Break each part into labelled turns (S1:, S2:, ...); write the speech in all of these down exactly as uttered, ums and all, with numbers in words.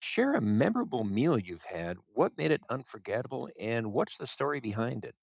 S1: Share a memorable meal you've had. What made it unforgettable, and what's the story behind it?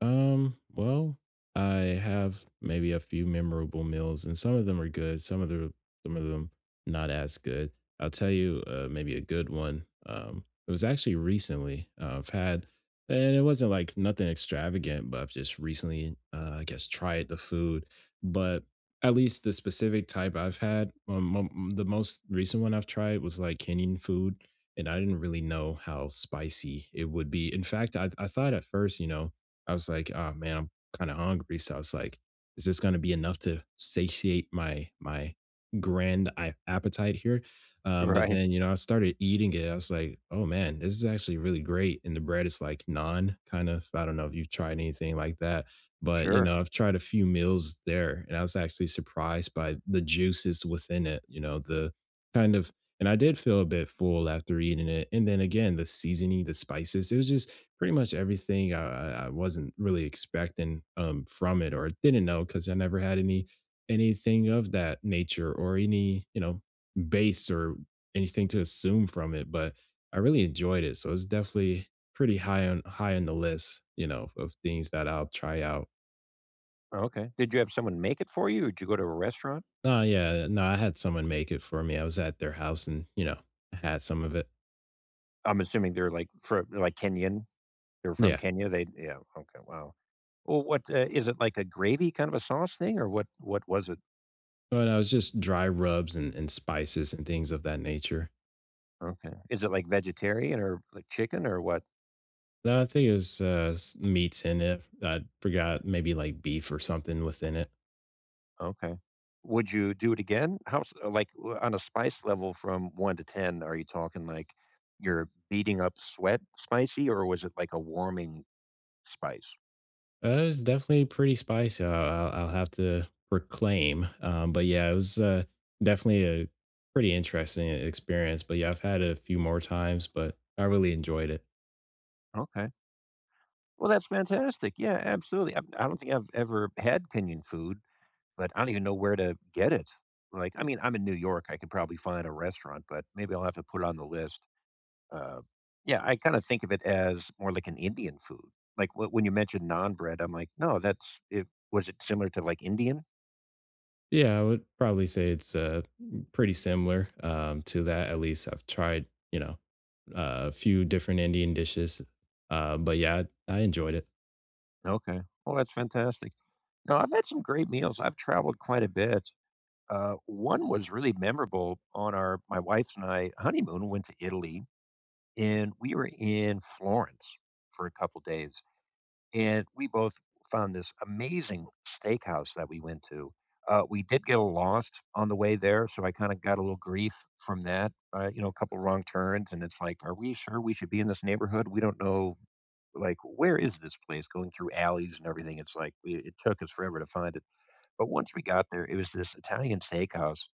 S2: Um, well, I have maybe a few memorable meals, and some of them are good, some of the some of them not as good. I'll tell you, uh, maybe a good one. Um, it was actually recently. Uh, I've had, and it wasn't like nothing extravagant, but I've just recently, uh, I guess, tried the food. But at least the specific type I've had, um, um, the most recent one I've tried was like Kenyan food, and I didn't really know how spicy it would be. In fact, I I thought at first, you know I was like, "Oh, man, I'm kinda hungry." So I was like, "Is this gonna be enough to satiate my my grand a appetite here?" Um, but
S1: Right.
S2: then, you know, I started eating it, I was like, "Oh, man, this is actually really great," and the bread is like non kind of. I don't know if you've tried anything like that, but, you
S1: Sure.
S2: know, I've tried a few meals there, and I was actually surprised by the juices within it, you know, the kind of, and I did feel a bit full after eating it, and then again, the seasoning, the spices, it was just pretty much everything I I I wasn't really expecting, um, from it or didn't know know because I never had any anything of that nature or any, you know, base or anything to assume from it, but I really enjoyed it, so it's definitely pretty high on high on the list, you know, of things that I'll try out.
S1: Okay. Did you have someone make it for you? Or did you go to a restaurant?
S2: Oh, yeah, no, I had someone make it for me, I was at their house and, you know, I had some of it.
S1: I'm assuming they're like from like Kenyan. They're from
S2: Yeah,
S1: Kenya. They yeah. Okay. Wow. Well, what uh, is it like a gravy kind of a sauce thing, or what? What was it?
S2: but I was just dry rubs and and spices and things of that nature.
S1: Okay. Is it like vegetarian or like chicken or what?
S2: No, I think it was uh, s- meats in it. I forgot maybe like beef or something within it.
S1: Okay. Would you do it again? How s uh, like, w on a spice level from one to ten, are you talking, like, you're beating up sweat spicy, or was it, like, a warming spice?
S2: Uh, it was definitely pretty spicy. I'll, I'll, I'll have to proclaim. Um, but yeah, it was uh, definitely a pretty interesting experience. But yeah, I've had it a few more times, but I really enjoyed it.
S1: Okay. Well, that's fantastic. Yeah, absolutely. I've I don't think I've ever had Kenyan food, but I don't even know where to get it. Like, I mean, I'm in New York, I could probably find a restaurant, but maybe I'll have to put it on the list. Uh, yeah, I kind of think of it as more like an Indian food. Like wh- when you mentioned naan bread, I'm like, no, that's it. Was it similar to like Indian?
S2: Yeah, I would probably say it's uh, pretty similar um, to that. At least I've tried, you know, uh, a few different Indian dishes. Uh, but yeah, I, I enjoyed it.
S1: Okay. Oh, that's fantastic. No, I've had some great meals. I've traveled quite a bit. Uh, one was really memorable on our my wife's and I honeymoon. We went to Italy, and we were in Florence for a couple days, and we both found this amazing steakhouse that we went to. Uh, we did get lost on the way there, so I kind of got a little grief from that. Uh, you know, a couple wrong turns, and it's like, are we sure we should be in this neighborhood? We don't know, like, where is this place? Going through alleys and everything, it's like we, it took us forever to find it. But once we got there, it was this Italian steakhouse,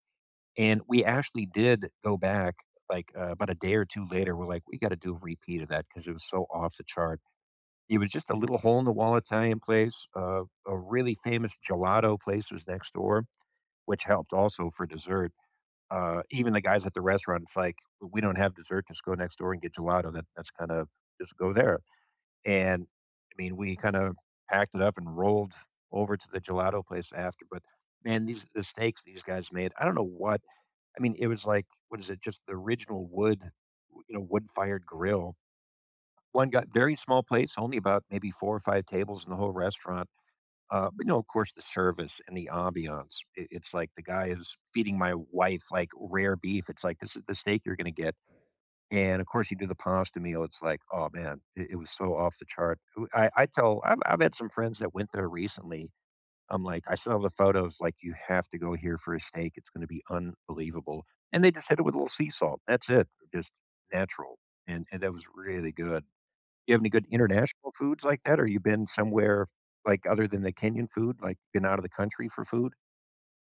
S1: and we actually did go back. Like uh, about a day or two later, we're like, we got to do a repeat of that because it was so off the chart. It was just a little hole in the wall Italian place. Uh, a really famous gelato place was next door, which helped also for dessert. Uh, even the guys at the restaurant, it's like, we don't have dessert. Just go next door and get gelato. That that's kind of just go there. And I mean, we kind of packed it up and rolled over to the gelato place after. But man, these the steaks these guys made. I don't know what. I mean, it was like what is it? Just the original wood, you know, wood fired grill one got very small plates, only about maybe four or five tables in the whole restaurant, uh, but, you know, of course, the service and the ambiance, I it's like the guy is feeding my wife, like, rare beef, it's like, "This is the steak you're gonna get," and, of course, you do the pasta meal, it's like, "Oh, man," it it was so off the chart. I I tell I've I've had some friends that went there recently, I'm like, "I still have the photos," like, "You have to go here for a steak, it's gonna be unbelievable," and they just hit it with a little sea salt, that's it, just natural, and and that was really good. You have any good international foods like that, or you been somewhere, like, other than the Kenyan food, like, been out of the country for food?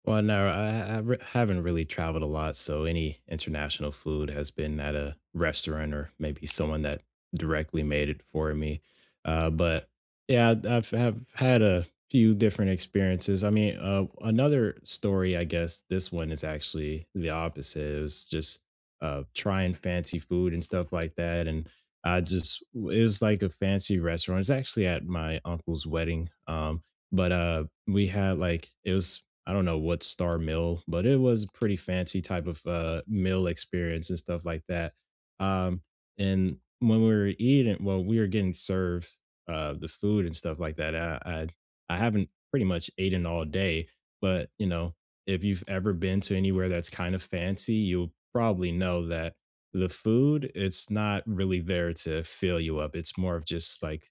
S2: Well, no, I, I re- haven't really traveled a lot, so any international food has been at a restaurant or maybe someone that directly made it for me. Uh, but yeah, I've, I've have had a few different experiences. I mean, uh, another story, I guess this one is actually the opposite. It was just uh, trying fancy food and stuff like that, and I just it was like a fancy restaurant. It's actually at my uncle's wedding. Um, but uh we had like it was I don't know what star mill, but it was a pretty fancy type of uh, meal experience and stuff like that. Um, and when we were eating, well, we were getting served uh, the food and stuff like that. I, I I haven't pretty much eaten all day, but you know, if you've ever been to anywhere that's kind of fancy, you'll probably know that the food it's not really there to fill you up. It's more of just like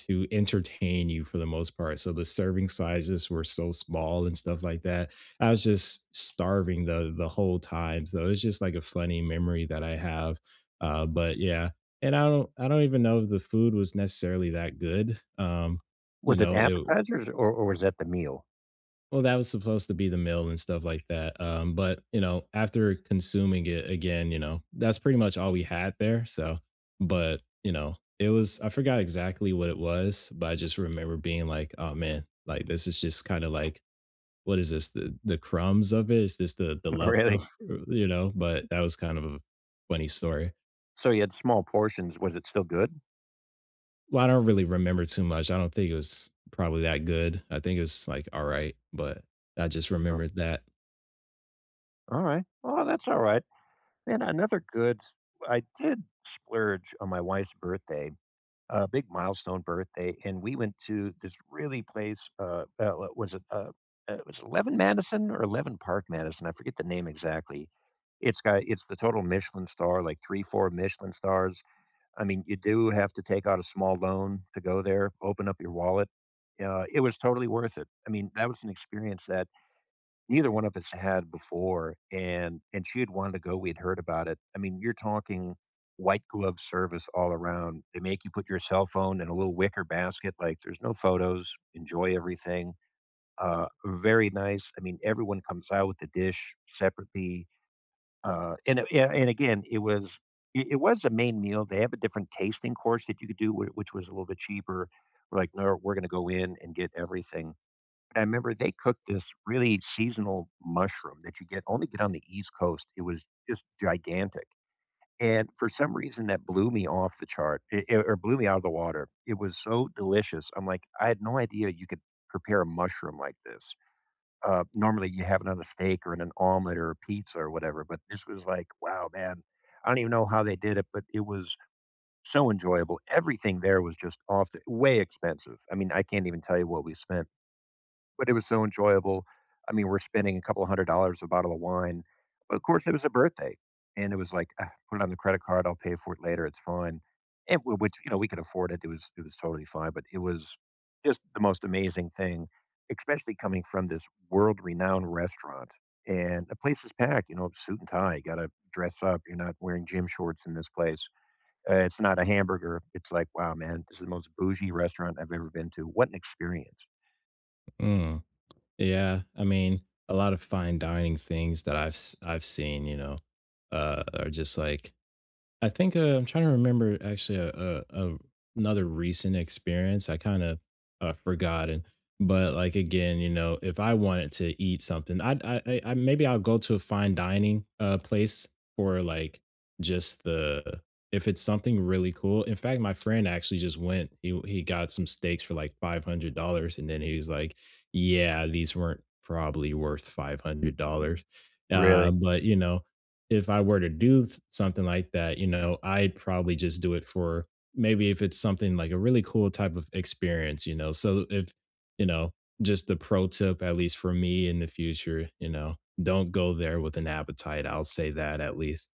S2: to entertain you for the most part. So the serving sizes were so small and stuff like that. I was just starving the the whole time. So it's just like a funny memory that I have. Uh, but yeah, and I don't I don't even know if the food was necessarily that good. Um, you
S1: Was it
S2: know, it
S1: appetizers or or was that the meal?
S2: well, that was supposed to be the meal and stuff like that, um, but, you know, after consuming it again, you know, that's pretty much all we had there, so but, you know, it was I forgot exactly what it was, but I just remember being like, "Oh, man, like, this is just kinda like, what is this, the the crumbs of it? Is this the the
S1: Really?
S2: leftover?" You know? But that was kind of a funny story.
S1: So you had small portions, was it still good?
S2: Well, I don't really remember too much. I don't think it was probably that good. I think it was, like, alright, but I just
S1: Oh,
S2: remembered that.
S1: alright. Oh, that's alright. And another good I did splurge on my wife's birthday, a big milestone birthday, and we went to this really place. Uh, uh, was it? Uh, uh, it was it Eleven Madison or Eleven Park Madison. I forget the name exactly. It's got it's the total Michelin star, like three, four Michelin stars. I mean, you do have to take out a small loan to go there. Open up your wallet. Uh, it was totally worth it. I mean, that was an experience that neither one of us had before, and and she had wanted to go, we'd heard about it. I mean, you're talking white glove service all around. They make you put your cell phone in a little wicker basket, like there's no photos, enjoy everything. Uh, very nice. I mean, everyone comes out with the dish separately. Uh, and a- a- and again, it was it it was a main meal. They have a different tasting course that you could do, wh- which was a little bit cheaper. We're like, no, we're going to go in and get everything, and I remember they cooked this really seasonal mushroom that you get only get on the East Coast. It was just gigantic. And for some reason, that blew me off the chart it, it- or blew me out of the water. It was so delicious. I'm like, I had no idea you could prepare a mushroom like this. Uh, normally, you have it on a steak or in an omelet or a pizza or whatever. But this was like, wow, man, I don't even know how they did it, but it was so enjoyable. Everything there was just off the way expensive. I mean, I can't even tell you what we spent, but it was so enjoyable. I mean, we're spending a couple hundred dollars a bottle of wine. Of course, it was a birthday, and it was like, "Ah, put it on the credit card. I'll pay for it later. It's fine." And w- which you know we could afford it. It was it was totally fine. But it was just the most amazing thing, especially coming from this world renowned restaurant. And the place is packed. You know, suit and tie. You got to dress up. You're not wearing gym shorts in this place. Uh, it's not a hamburger. It's like, wow, man, this is the most bougie restaurant I've ever been to. What an experience!
S2: Mm. Yeah, I mean, a lot of fine dining things that I've s- I've seen, you know, uh, are just like I think, uh, I'm trying to remember actually a a a another recent experience. I kinda, uh, forgotten, but, like, again, you know, if I wanted to eat something, I I I I maybe I'll go to a fine dining, uh, place for, like, just the if it's something really cool. In fact, my friend actually just went. He he got some steaks for, like, five hundred dollars and then he was like, "Yeah, these weren't probably worth five hundred dollars." Uh,
S1: Really?
S2: but, you know, if I were to do something like that, you know, I'd probably just do it for maybe if it's something like a really cool type of experience, you know. So if, you know, just the pro tip, at least for me in the future, you know, don't go there with an appetite. I'll say that at least.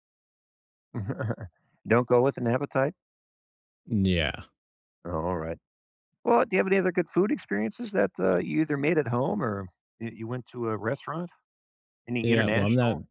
S1: Don't go with an appetite?
S2: Yeah,
S1: Oh, alright. Well, do you have any other good food experiences that, uh, you either made at home or you you went to a restaurant? Any
S2: Yeah, well, I'm not
S1: international?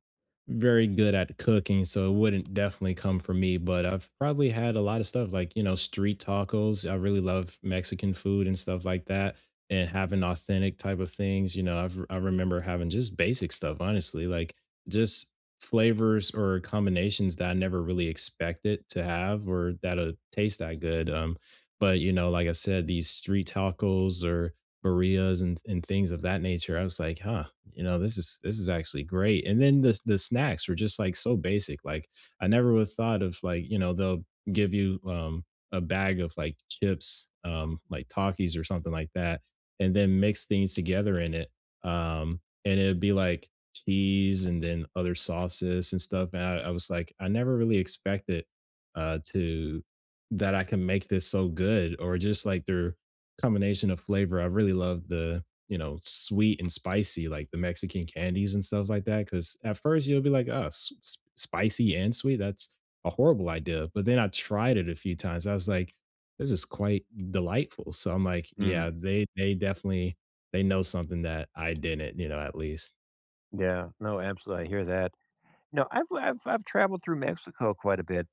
S2: very good at cooking, so it wouldn't definitely come from me, but I've probably had a lot of stuff like, you know, street tacos. I really love Mexican food and stuff like that and having authentic type of things, you know, I've I remember having just basic stuff, honestly, like just flavors or combinations that I never really expected to have or that'll taste that good. Um, but you know, like I said, these street tacos or Bereas and and things of that nature. I was like, "Huh, you know, this is this is actually great." And then the the snacks were just, like, so basic, like, I never would've thought of, like, you know, they'll give you, um, a bag of, like, chips, um, like Takis or something like that, and then mix things together in it, um, and it'd be, like, cheese and then other sauces and stuff, and I I was like, "I never really expected, uh, to that I can make this so good," or just, like, their combination of flavor. I really love the, you know, sweet and spicy, like the Mexican candies and stuff like that. Cause at first you'll be like, oh, s- s- spicy and sweet. That's a horrible idea. But then I tried it a few times. I was like, this is quite delightful. So I'm like,
S1: Mm,
S2: yeah, they they definitely they know something that I didn't, you know, at least.
S1: yeah. No, absolutely, I hear that. No, I've I've I've traveled through Mexico quite a bit,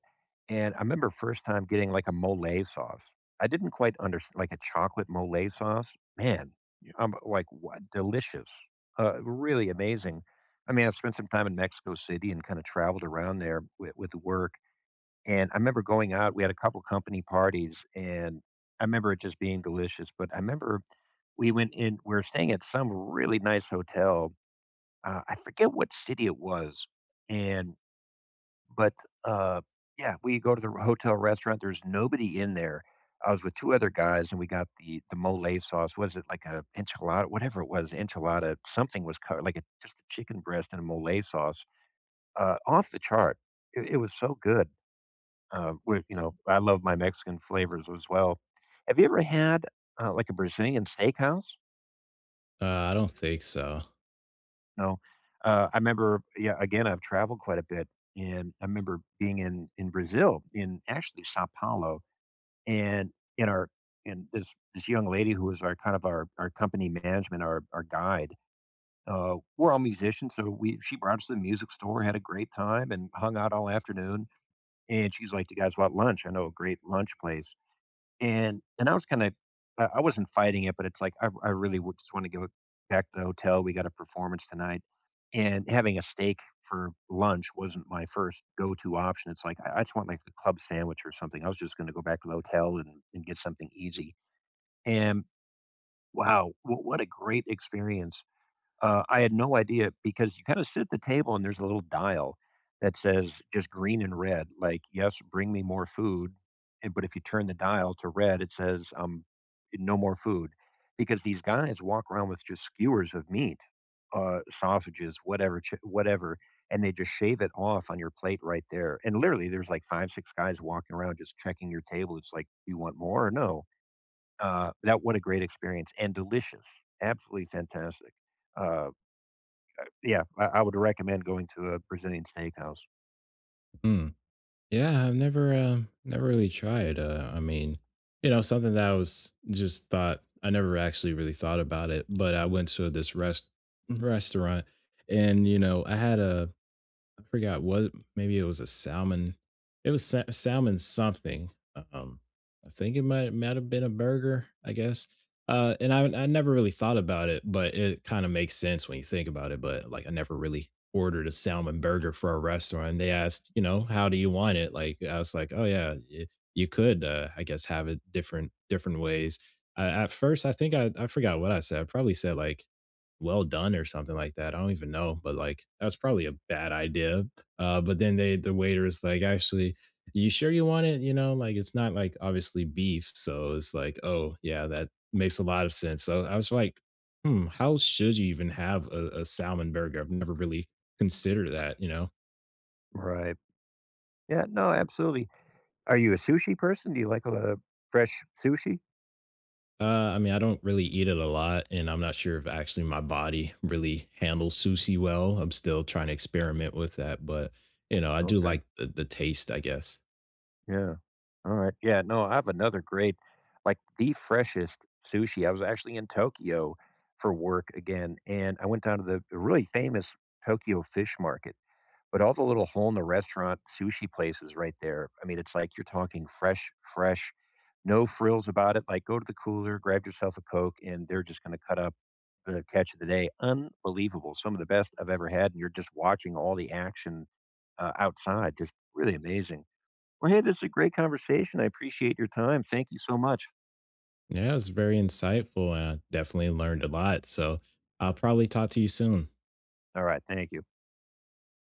S1: and I remember first time getting like a mole sauce. I didn't quite understand, like a chocolate mole sauce. Man, i I'm like, what? Delicious. Uh, really amazing. I mean, I spent some time in Mexico City and kind of traveled around there with, with work. And I remember going out, we had a couple company parties, and I remember it just being delicious. But I remember we went in, we were staying at some really nice hotel. Uh, I forget what city it was. And but, uh, yeah, we go to the hotel restaurant, there's nobody in there. I was with two other guys, and we got the the mole sauce. Was it like a enchilada? Whatever it was, enchilada, something was co like a just a chicken breast and a mole sauce, uh, off the chart. It it was so good. Uh, we you know, I love my Mexican flavors as well. Have you ever had, uh, like, a Brazilian steakhouse?
S2: Uh, I don't think so.
S1: No. Uh, I remember yeah, again, I've traveled quite a bit, and I remember being in in Brazil, in actually Sao Paulo, and in our and this this young lady who was our kind of our our company management, our our guide. Uh, we're all musicians, so we she brought us to the music store, had a great time, and hung out all afternoon. And she's like, "You guys want lunch? I know a great lunch place." And and I was kinda I I wasn't fighting it, but it's like, I I really would just wanna go back to the hotel, we got a performance tonight, and having a steak for lunch wasn't my first go-to option, it's like, I I just want, like, a club sandwich or something, I was just gonna go back to the hotel and and get something easy, and wow, wh what a great experience. Uh, I had no idea because you kind of sit at the table and there's a little dial that says just green and red, like, yes, bring me more food. And, but if you turn the dial to red, it says um, no more food because these guys walk around with just skewers of meat, uh, sausages, whatever, chi- whatever, and they just shave it off on your plate right there. And literally, there's like five, six guys walking around just checking your table. It's like, do you want more or no? Uh, that what a great experience and delicious, absolutely fantastic. Uh, yeah, I I would recommend going to a Brazilian steakhouse.
S2: Hmm. Yeah, I've never uh, never really tried. Uh, I mean, you know, something that I was just thought I never actually really thought about it, but I went to this rest restaurant and you know, I had a I forgot what maybe it was a salmon. It was sa- salmon something. Um, I think it might might have been a burger. I guess. Uh, and I I never really thought about it, but it kind of makes sense when you think about it. But like, I never really ordered a salmon burger for a restaurant. And they asked, you know, how do you want it? Like, I was like, oh yeah, y- you could, uh, I guess, have it different different ways. Uh, at first, I think I I forgot what I said. I probably said like well done or something like that. I don't even know, but like that was probably a bad idea. Uh, but then they the waiter is like, actually, you sure you want it? You know, like it's not like obviously beef, so it's like, oh yeah, that makes a lot of sense. So I was like, hmm, how should you even have a, a salmon burger? I've never really considered that. You know,
S1: Right. Yeah, no, absolutely. Are you a sushi person? Do you like a lot of fresh sushi?
S2: uh, I mean, I don't really eat it a lot, and I'm not sure if actually my body really handles sushi well. I'm still trying to experiment with that, but you know, I do
S1: Okay.
S2: like the, the taste, I guess.
S1: Yeah. All right. Yeah. No, I have another great, like the freshest sushi. I was actually in Tokyo for work again, and I went down to the really famous Tokyo fish market. But all the little hole in the restaurant sushi places right there, I mean, it's like you're talking fresh, fresh, no frills about it. Like, go to the cooler, grab yourself a Coke, and they're just going to cut up the catch of the day. Unbelievable. Some of the best I've ever had. And you're just watching all the action uh, outside. Just really amazing. Well, hey, this is a great conversation. I appreciate your time. Thank you so much.
S2: Yeah, it was very insightful. And I definitely learned a lot. So I'll probably talk to you soon.
S1: All right. Thank you.